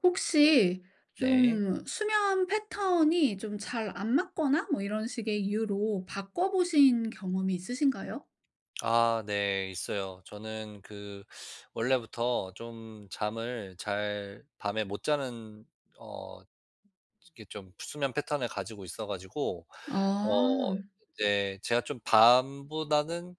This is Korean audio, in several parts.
혹시 네. 좀 수면 패턴이 좀 잘 안 맞거나 뭐 이런 식의 이유로 바꿔보신 경험이 있으신가요? 네, 있어요. 저는 원래부터 좀 잠을 잘 밤에 못 자는 어 이게 좀 수면 패턴을 가지고 있어 가지고 어 아. 이제 제가 좀 밤보다는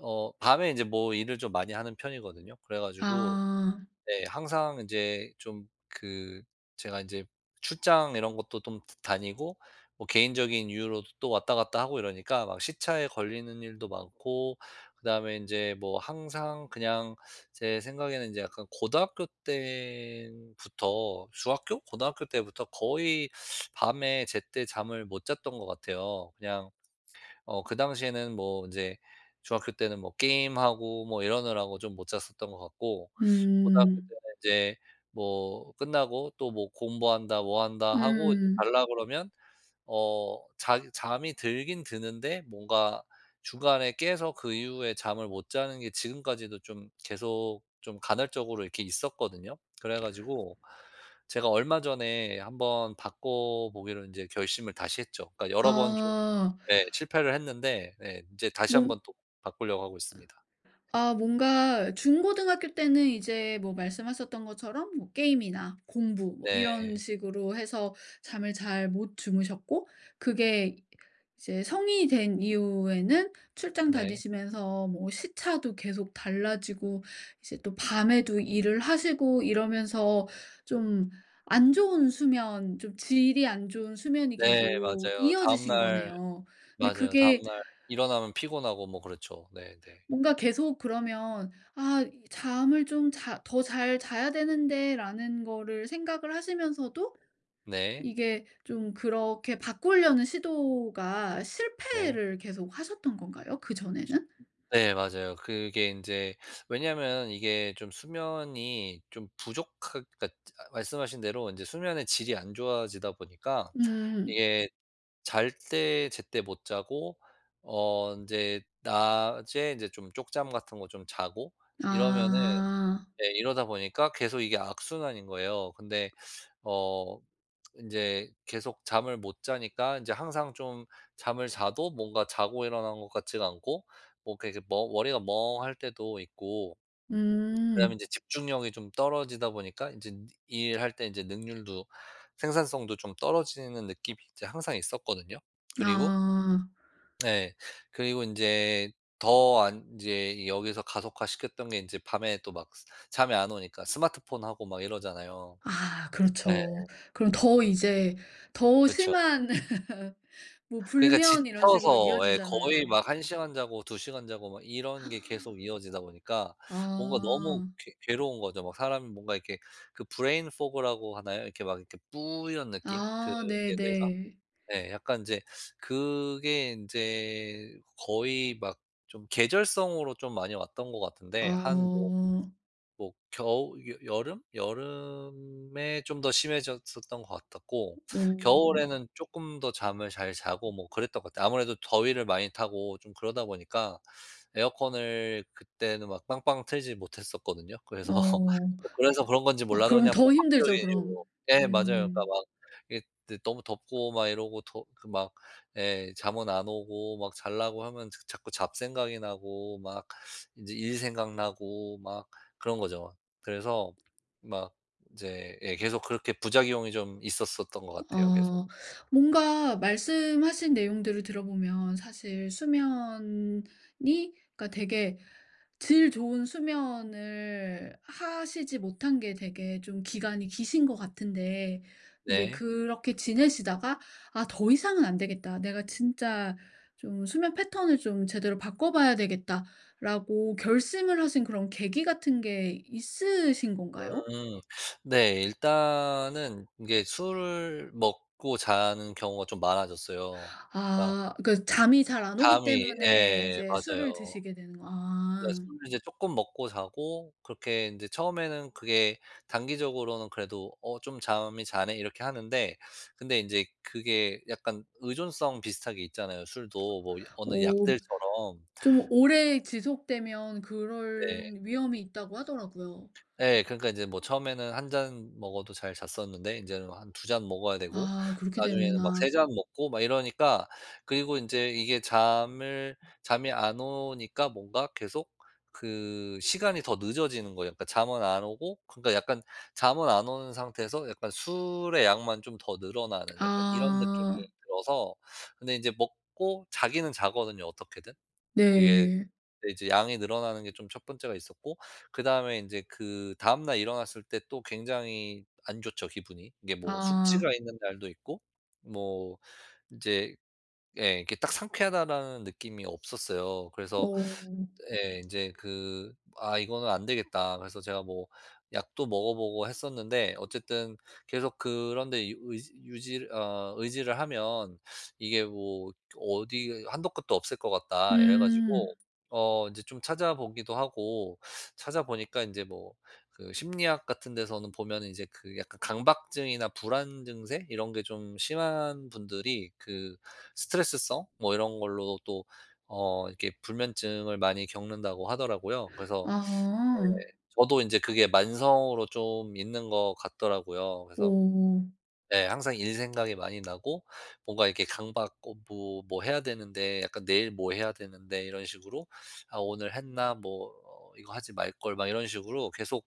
밤에 이제 뭐 일을 좀 많이 하는 편이거든요. 그래 가지고 아. 네. 항상 이제 좀 제가 이제 출장 이런 것도 좀 다니고, 뭐 개인적인 이유로도 또 왔다 갔다 하고 이러니까 막 시차에 걸리는 일도 많고, 그다음에 이제 뭐 항상 그냥 제 생각에는 이제 약간 고등학교 때부터, 중학교? 고등학교 때부터 거의 밤에 제때 잠을 못 잤던 것 같아요. 그냥 그 당시에는 뭐 이제 중학교 때는 뭐 게임하고 뭐 이러느라고 좀 못 잤었던 것 같고, 고등학교 음. 때는 이제 뭐 끝나고 또 뭐 공부한다 뭐 한다 하고 이제 음. 고 그러면 어 자 잠이 들긴 드는데 뭔가 중간에 깨서 그 이후에 잠을 못 자는 게 지금까지도 좀 계속 좀 간헐적으로 이렇게 있었거든요. 그래 가지고 제가 얼마 전에 한번 바꿔 보기로 이제 결심을 다시 했죠. 그러니까 여러 번좀 아. 네. 실패를 했는데, 네, 인제 다시 뭔 한번 또 바꾸려고 하고 있습니다. 아 뭔가 중고등학교 때는 이제 뭐 말씀하셨던 것처럼 뭐 게임이나 공부 뭐 이런 네. 식으로 해서 잠을 잘 못 주무셨고, 그게 이제 성인이 된 이후에는 출장 네. 다니시면서 뭐 시차도 계속 달라지고 이제 또 밤에도 일을 하시고 이러면서 좀 안 좋은 수면, 좀 질이 안 좋은 수면이 네, 계속 맞아요. 이어지신 다음날, 거네요. 근데 맞아요, 그게 다음날 일어나면 피곤하고 뭐 그렇죠. 네네. 네. 뭔가 계속 그러면 '아 이 잠을 좀 자 더 잘 자야 되는데.'라는 거를 생각을 하시면서도 네. 이게 좀 그렇게 바꾸려는 시도가 네. 실패를 계속 하셨던 건가요? 그전에는? 네, 맞아요. 그게 인제, 왜냐하면 이게 좀 수면이 좀 부족하 그러니까 말씀하신 대로 인제 수면의 질이 안 좋아지다 보니까 음. 이게 잘 때 제때 못 자고 인제 낮에 인제 좀 쪽잠 같은 거 좀 자고 이러면은 아. 네, 이러다 보니까 계속 이게 악순환인 거예요. 근데 어 이제 계속 잠을 못 자니까 이제 항상 좀 잠을 자도 뭔가 자고 일어난 것 같지가 않고, 뭐 이렇게 멍 머리가 멍할 때도 있고, 그다음에 이 음. 제 집중력이 좀 떨어지다 보니까 이제 일할 때 이제 능률도, 생산성도 좀 떨어지는 느낌이 이제 항상 있었거든요. 그리고 아. 네. 그리고 인제 더 안 인제 여기서 가속화시켰던 게 인제 밤에 또 막 스 잠이 안 오니까 스마트폰 하고 막 이러잖아요. 아 예. 그렇죠. 그럼 더 이제 더 그쵸. 심한 뭐 그러니까 불면 이런 식으로 지쳐서, 예, 거의 이어지잖아요. 막 한 시간 자고 두 시간 자고 막 이런 게 계속 이어지다 보니까 뭔가 너무 아. 괴 괴로운 거죠. 막 사람이 뭔가 이렇게 그 브레인 포그라고 하나요? 이렇게 막 이렇게 뿌연 느낌? 그게 아 뇌가 네네. 네, 약간 이제 그게 이제 거의 막 좀 계절성으로 좀 많이 왔던 것 같은데 한뭐 아. 뭐 겨우 여 여름? 여름에 좀 더 심해졌었던 것 같았고 오. 겨울에는 조금 더 잠을 잘 자고 뭐 그랬던 것 같아요. 아무래도 더위를 많이 타고 좀 그러다 보니까 에어컨을 그때는 막 빵빵 틀지 못했었거든요. 그래서 어. 뭐 그래서 그런 건지 아 몰라도 그러면 그냥 더 복합적인 힘들죠 그럼. 이유로, 예, 맞아요. 그러니까 음. 막 이게 너무 덥고 막 이러고 더 예, 잠은 안 오고 막 자려고 하면 자꾸 잡생각이 나고 막 이제 일 생각나고 막 그런 거죠. 그래서 막 이제, 예, 계속 그렇게 부작용이 좀 있었었던 것 같아요, 계속. 어 뭔가 말씀하신 내용들을 들어보면 사실 수면이 그러니까 되게 질 좋은 수면을 하시지 못한 게 되게 좀 기간이 기신 것 같은데, 근데 네. 그렇게 지내시다가 '아 더 이상은 안 되겠다. 내가 진짜 좀 수면 패턴을 좀 제대로 바꿔 봐야 되겠다.'라고 결심을 하신 그런 계기 같은 게 있으신 건가요? 음. 네. 일단은 이게 술을 먹고 자는 경우가 좀 많아졌어요. 그러니까 아 그러니까 잠이 잘 안 오기 잠이, 때문에 예, 이제 술을 맞아요. 드시게 되는 거 네, 아. 술을 이제 쪼끔 먹고 자고, 그렇게 인제 처음에는 그게 단기적으로는 그래도 '어 좀 잠이 자네.' 이렇게 하는데, 근데 인제 그게 약간 의존성 비슷하게 있잖아요, 술도. 뭐 이 어느 어 약들처럼. 좀 오래 지속되면 네. 그런 위험이 있다고 하더라고요. 예. 그러니까 인제 뭐 처음에는 한 잔 먹어도 잘 잤었는데, 인제는 한 두 잔 먹어야 되고, 아 그렇게 나중에는 막 되는구나. 세 잔 먹고 막 이러니까. 그리고 인제 이게 잠을 잠이 안 오니까 뭔가 계속 그 시간이 더 늦어지는 거예요. 그러니까 잠은 안 오고, 그러니까 약간 잠은 안 오는 상태에서 약간 술의 양만 좀 더 늘어나는 약간 이런 느낌이 아 들어서. 근데 인제 먹고 자기는 자거든요, 어떻게든. 그게 네. 네, 이제 양이 늘어나는 게 좀 첫 번째가 있었고, 그다음에 이제 그 다음 날 일어났을 때 또 굉장히 안 좋죠, 기분이. 이게 뭐 아. 숙취가 있는 날도 있고 뭐 이제, 예, 이게 딱 상쾌하다라는 느낌이 없었어요. 그래서, 어. 예, 이제 그 '아 이거는 안 되겠다.' 그래서 제가 뭐 약도 먹어 보고 했었는데, 어쨌든 계속 그런 데 유 의지 유지 어 의지를 하면 이게 뭐 어디 한도 끝도 없을 것 같다 이래 음. 가지고 이제 좀 찾아보기도 하고, 찾아보니까 이제 뭐 그 심리학 같은 데서는 보면 이제 그 약간 강박증이나 불안 증세 이런 게 좀 심한 분들이 그 스트레스성 뭐 이런 걸로 또 이렇게 불면증을 많이 겪는다고 하더라고요. 그래서 네, 아. 저도 이제 그게 만성으로 좀 있는 것 같더라고요. 그래서 어. 네, 항상 일 생각이 많이 나고, 뭔가 이렇게 강박 어 뭐 뭐 해야 되는데 약간 '내일 뭐 해야 되는데.' 이런 식으로 '아 오늘 했나? 이거 하지 말걸.' 막 이런 식으로 계속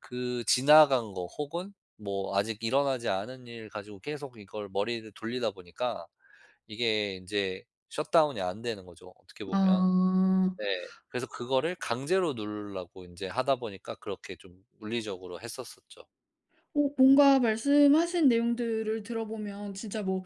그 지나간 거 혹은 뭐 아직 일어나지 않은 일 가지고 계속 이걸 머리를 돌리다 보니까 이게 이제 셧다운이 안 되는 거죠, 어떻게 보면. 아. 네. 그래서 그거를 강제로 누르려고 인제 하다 보니까 그렇게 좀 물리적으로 했었었죠. 어 뭔가 말씀하신 내용들을 들어보면 진짜 뭐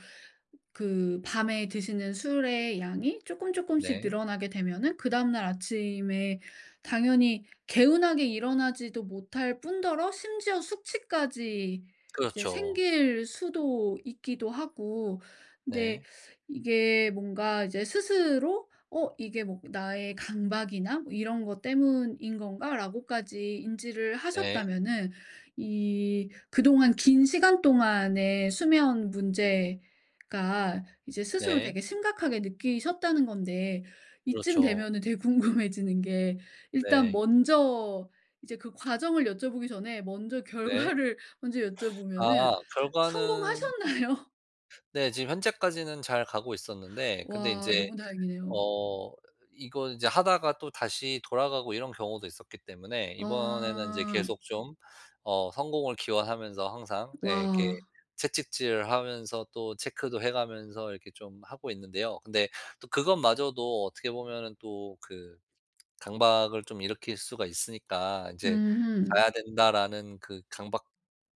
그 밤에 드시는 술의 양이 쪼끔 쪼끔씩 네. 늘어나게 되면은 그다음 날 아침에 당연히 개운하게 일어나지도 못할 뿐더러 심지어 숙취까지 이제 그렇죠. 생길 수도 있기도 하고, 근데 네. 이게 뭔가 이제 스스로 '어 이게 뭐 나의 강박이나 뭐 이런 것 때문인 건가?'라고까지 인지를 네. 하셨다면은 이 그동안 긴 시간 동안의 수면 문제, 그러니까 이제 스스로 네. 되게 심각하게 느끼셨다는 건데 이쯤 그렇죠. 되면은 되게 궁금해지는 게 일단 네. 먼저 이제 그 과정을 여쭤보기 전에 먼저 네. 결과를 먼저 여쭤보면은 아 결과는 성공하셨나요? 네 지금 현재까지는 잘 가고 있었는데, 근데 와 인제 너무 다행이네요. 어 이거 이제 하다가 또 다시 돌아가고 이런 경우도 있었기 때문에 이번에는 이제 아. 계속 좀 성공을 기원하면서 항상, 예, 이렇게 와. 채찍질하면서 또 체크도 해 가면서 이렇게 좀 하고 있는데요. 근데 또 그것마저도 어떻게 보면은 또 그 강박을 좀 일으킬 수가 있으니까 인제 음 '자야 된다.'라는 그 강박이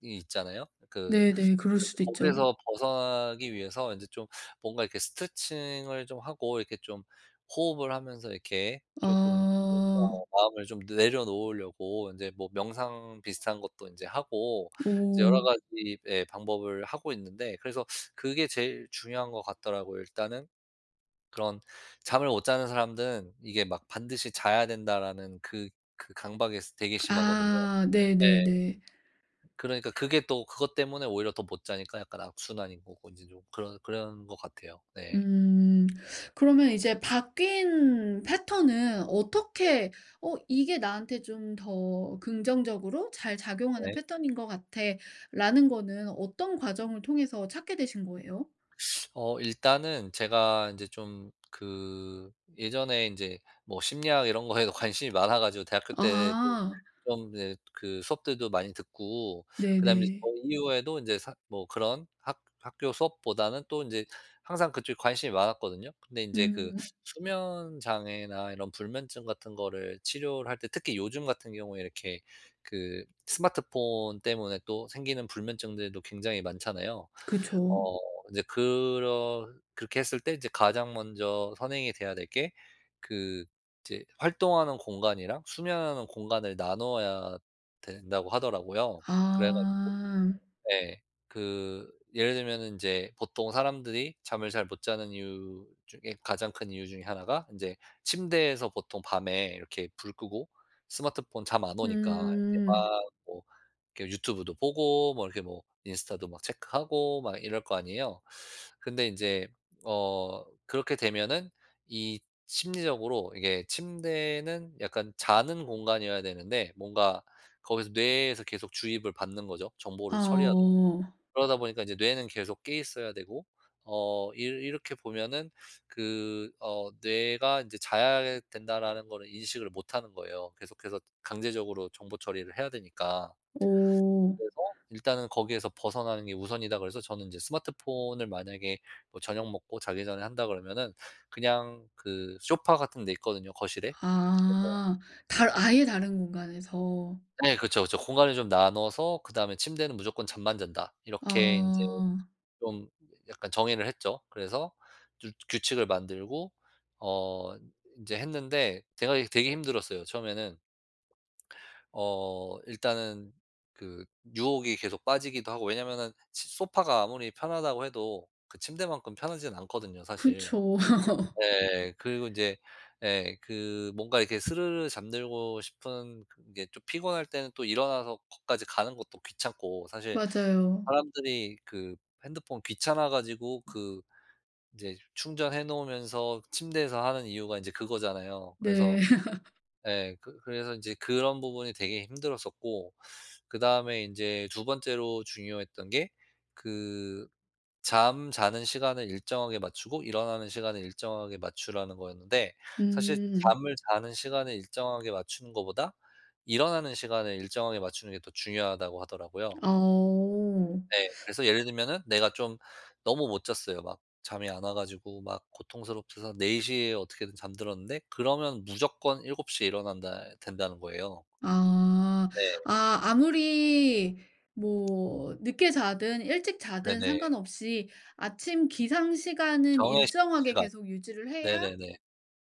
있잖아요. 그 네네. 그럴 그래서 이제 수도 있죠. 거기에서 벗어나기 위해서 이제 좀 뭔가 이렇게 스트레칭을 좀 하고 이렇게 좀 호흡을 하면서 이렇게 조금 아. 마음을 좀 내려놓으려고 인제 뭐 명상 비슷한 것도 인제 하고 이제 오. 여러 가지, 예, 방법을 하고 있는데. 그래서 그게 제일 중요한 것 같더라고요. 일단은 그런 잠을 못 자는 사람들은 이게 막 '반드시 자야 된다.'라는 그 강박이 되게 심하거든요. 아 예. 네네네. 그러니까 그게 또 그것 때문에 오히려 더 못 자니까 약간 악순환인 거고, 인제 좀 그런 것 같아요. 네. 음. 그러면 이제 바뀐 패턴은 어떻게 '어 이게 나한테 좀 더 긍정적으로 잘 작용하는 네. 패턴인 것 같아.'라는 거는 어떤 과정을 통해서 찾게 되신 거예요? 일단은 제가 이제 좀 예전에 이제 뭐 심리학 이런 거에도 관심이 많아 가지고 대학교 때도 아. 좀 이제 그 수업들도 많이 듣고, 그다음에 이제 저 네네. 이후에도 이제 사 뭐 그런 학 학교 수업보다는 또 이제 항상 그쪽에 관심이 많았거든요. 근데 이제 그 음. 수면 장애나 이런 불면증 같은 거를 치료를 할 때, 특히 요즘 같은 경우에 이렇게 그 스마트폰 때문에 또 생기는 불면증들도 굉장히 많잖아요. 그쵸. 어 이제 그러 그렇게 했을 때 이제 가장 먼저 선행이 돼야 될 게 그 이제 활동하는 공간이랑 수면하는 공간을 나눠야 된다고 하더라고요. 그래 아. 네. 그 예를 들면은 인제 보통 사람들이 잠을 잘 못 자는 이유 중에 가장 큰 이유 중에 하나가 인제 침대에서 보통 밤에 이렇게 불 끄고 스마트폰 잠 안 오니까 이렇게 막 음. 뭐 이렇게 유튜브도 보고 뭐 이렇게 뭐 인스타도 막 체크하고 막 이럴 거 아니에요. 근데 인제 그렇게 되면은 이 심리적으로 이게 침대는 약간 자는 공간이어야 되는데 뭔가 거기서 뇌에서 계속 주입을 받는 거죠, 아 정보를 처리하다. 어. 그러다 보니까 이제 뇌는 계속 깨 있어야 되고, 어 일 이렇게 보면은 뇌가 이제 '자야 된다.'라는 거를 인식을 못 하는 거예요, 계속해서 강제적으로 정보 처리를 해야 되니까. 오. 그래서 일단은 거기에서 벗어나는 게 우선이다. 그래서 저는 이제 스마트폰을 만약에 뭐 저녁 먹고 자기 전에 한다 그러면은 그냥 그 소파 같은 데 있거든요, 거실에. 그래서 아. 달 아예 다른 공간에서. 네 그렇그 공간을 좀 나눠서, 그다음에 "침대는 무조건 잠만 잔다." 이렇게 이제 아. 좀 약간 정의를 했죠. 그래서 규 규칙을 만들고 어 이제 했는데, 제가 되게 힘들었어요, 처음에는. 일단은 그 유혹이 계속 빠지기도 하고. 왜냐면은 치 소파가 아무리 편하다고 해도 그 침대만큼 편하진 않거든요 사실. 그쵸. 예. 그리고 이제, 예, 그 뭔가 이렇게 스르르 잠들고 싶은 게 좀 피곤할 때는 또 일어나서 거기까지 가는 것도 귀찮고, 사실 맞아요. 사람들이 그 핸드폰 귀찮아 가지고 그 이제 충전해 놓으면서 침대에서 하는 이유가 인제 그거잖아요. 네. 그래서, 예, 그래서 인제 그런 부분이 되게 힘들었었고, 그다음에 인제 두 번째로 중요했던 게 그 잠자는 시간을 일정하게 맞추고 일어나는 시간을 일정하게 맞추라는 거였는데, 사실 음. 잠을 자는 시간을 일정하게 맞추는 것보다 일어나는 시간을 일정하게 맞추는 게 더 중요하다고 하더라고요. 어. 네. 그래서 예를 들면은 내가 좀 너무 못 잤어요. 막 잠이 안 와 가지고 막 고통스럽셔서 4 시에 어떻게든 잠들었는데 그러면 무조건 7 시에 일어난다 된다는 거예요. 아. 네. 아 아무리 뭐 늦게 자든 일찍 자든 네네. 상관없이 아침 기상 시간은 정해진 일정하게 시간. 계속 유지를 해야 네네네.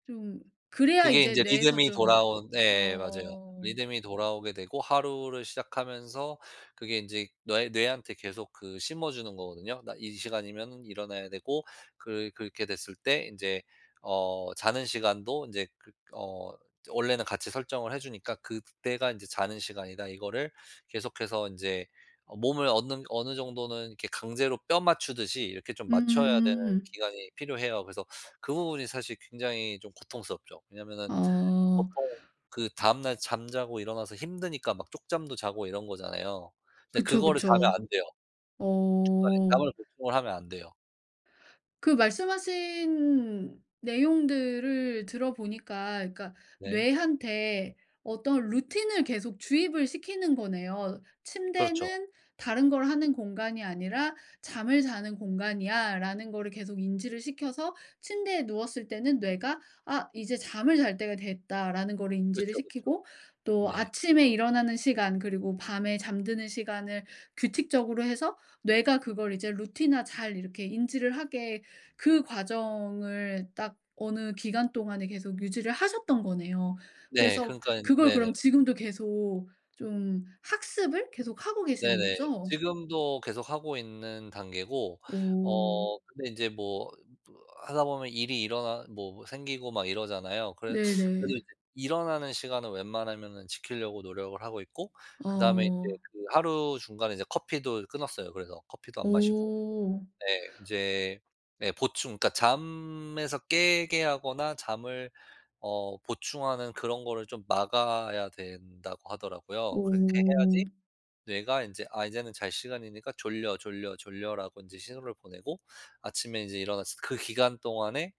좀, 그래야 그게 이제 인제 뇌에서 리듬이 좀 돌아온 예, 맞아요. 어 리듬이 돌아오게 되고 하루를 시작하면서 그게 인제 뇌 뇌한테 계속 그 심어 주는 거거든요. 나 이 시간이면은 일어나야 되고. 그렇게 됐을 때 인제 자는 시간도 인제 원래는 같이 설정을 해 주니까 '그때가 인제 자는 시간이다.' 이거를 계속해서 인제 몸을 얻는 어느 정도는 이렇게 강제로 뼈 맞추듯이 이렇게 좀 맞춰야 되는 음. 기간이 필요해요. 그래서 그 부분이 사실 굉장히 좀 고통스럽죠. 왜냐면은 어. 보통 그 다음날 잠자고 일어나서 힘드니까 막 쪽잠도 자고 이런 거잖아요. 근데 그쵸, 그거를 자면 그쵸. 안 돼요. 중간에 어. 잠을 보충을 하면 안 돼요. 그 말씀하신 내용들을 들어보니까 그러니까 네. 뇌한테 어떤 루틴을 계속 주입을 시키는 거네요. 그렇죠. "침대는 다른 걸 하는 공간이 아니라 잠을 자는 공간이야."라는 거를 계속 인지를 시켜서 침대에 누웠을 때는 뇌가 '아 이제 잠을 잘 때가 됐다.'라는 거를 인지를 그쵸, 그쵸. 시키고, 또 네. 아침에 일어나는 시간 그리고 밤에 잠드는 시간을 규칙적으로 해서 뇌가 그걸 이제 루틴화 잘 이렇게 인지를 하게, 그 과정을 딱 어느 기간 동안에 계속 유지를 하셨던 거네요. 네. 그 그래서 러니까 그걸 네네. 그럼 지금도 계속 좀 학습을 계속하고 계시는 네네. 거죠? 지금도 계속 하고 있는 단계고, 오. 근데 인제 뭐 뭐 하다 보면 일이 일어나 뭐 생기고 막 이러잖아요. 그래 네네. 그래도 이제 일어나는 시간은 웬만하면은 지키려고 노력을 하고 있고, 그다음에 이제 어. 그 하루 중간에 이제 커피도 끊었어요. 그래서 커피도 안 마시고, 오. 예, 인제 네 보충, 그러니까 잠에서 깨게 하거나 잠을 보충하는 그런 거를 좀 막아야 된다고 하더라고요. 그렇게 오. 해야지 뇌가 이제 '아 이제는 잘 시간이니까 졸려, 졸려, 졸려.'라고 이제 신호를 보내고, 아침에 이제 일어났을 그 기간 동안에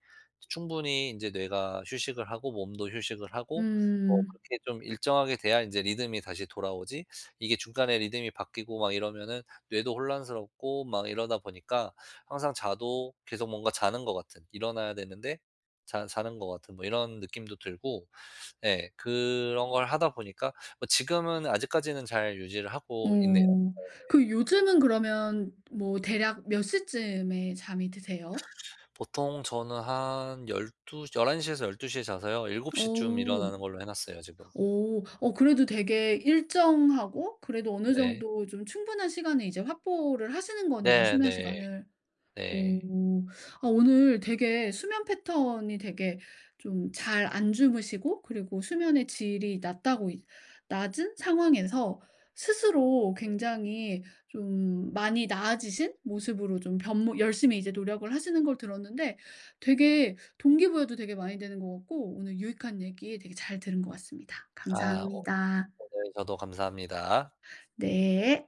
충분히 이제 뇌가 휴식을 하고 몸도 휴식을 하고 뭐 음. 그렇게 좀 일정하게 돼야 이제 리듬이 다시 돌아오지. 이게 중간에 리듬이 바뀌고 막 이러면은 뇌도 혼란스럽고 막 이러다 보니까 항상 자도 계속 뭔가 자는 것 같은, 일어나야 되는데 자 자는 것 같은 뭐 이런 느낌도 들고. 예. 그런 걸 하다 보니까 뭐 지금은 아직까지는 잘 유지를 하고 있네요. 어. 그 요즘은 그러면 뭐 대략 몇 시쯤에 잠이 드세요? 보통 저는 한1두1 1 0 에서 1 2시에 자서요. 7시쯤 어. 일어나는 걸로 해 놨어요, 지금. 오. 어 그래도 되게 일정하고 그래도 어느 네. 정도 좀 충분한 시간을 이제 확보를 하시는 거네요, 네네. 수면 네. 시간을. 네. 오. 아 오늘 되게 수면 패턴이 되게 좀 잘 안 주무시고 그리고 수면의 질이 낮다고 이 낮은 상황에서 스스로 굉장히 좀 많이 나아지신 모습으로 좀 변모 열심히 이제 노력을 하시는 걸 들었는데 되게 동기부여도 되게 많이 되는 것 같고, 오늘 유익한 얘기 되게 잘 들은 것 같습니다. 아 감사합니다. 오늘 저도 감사합니다. 네.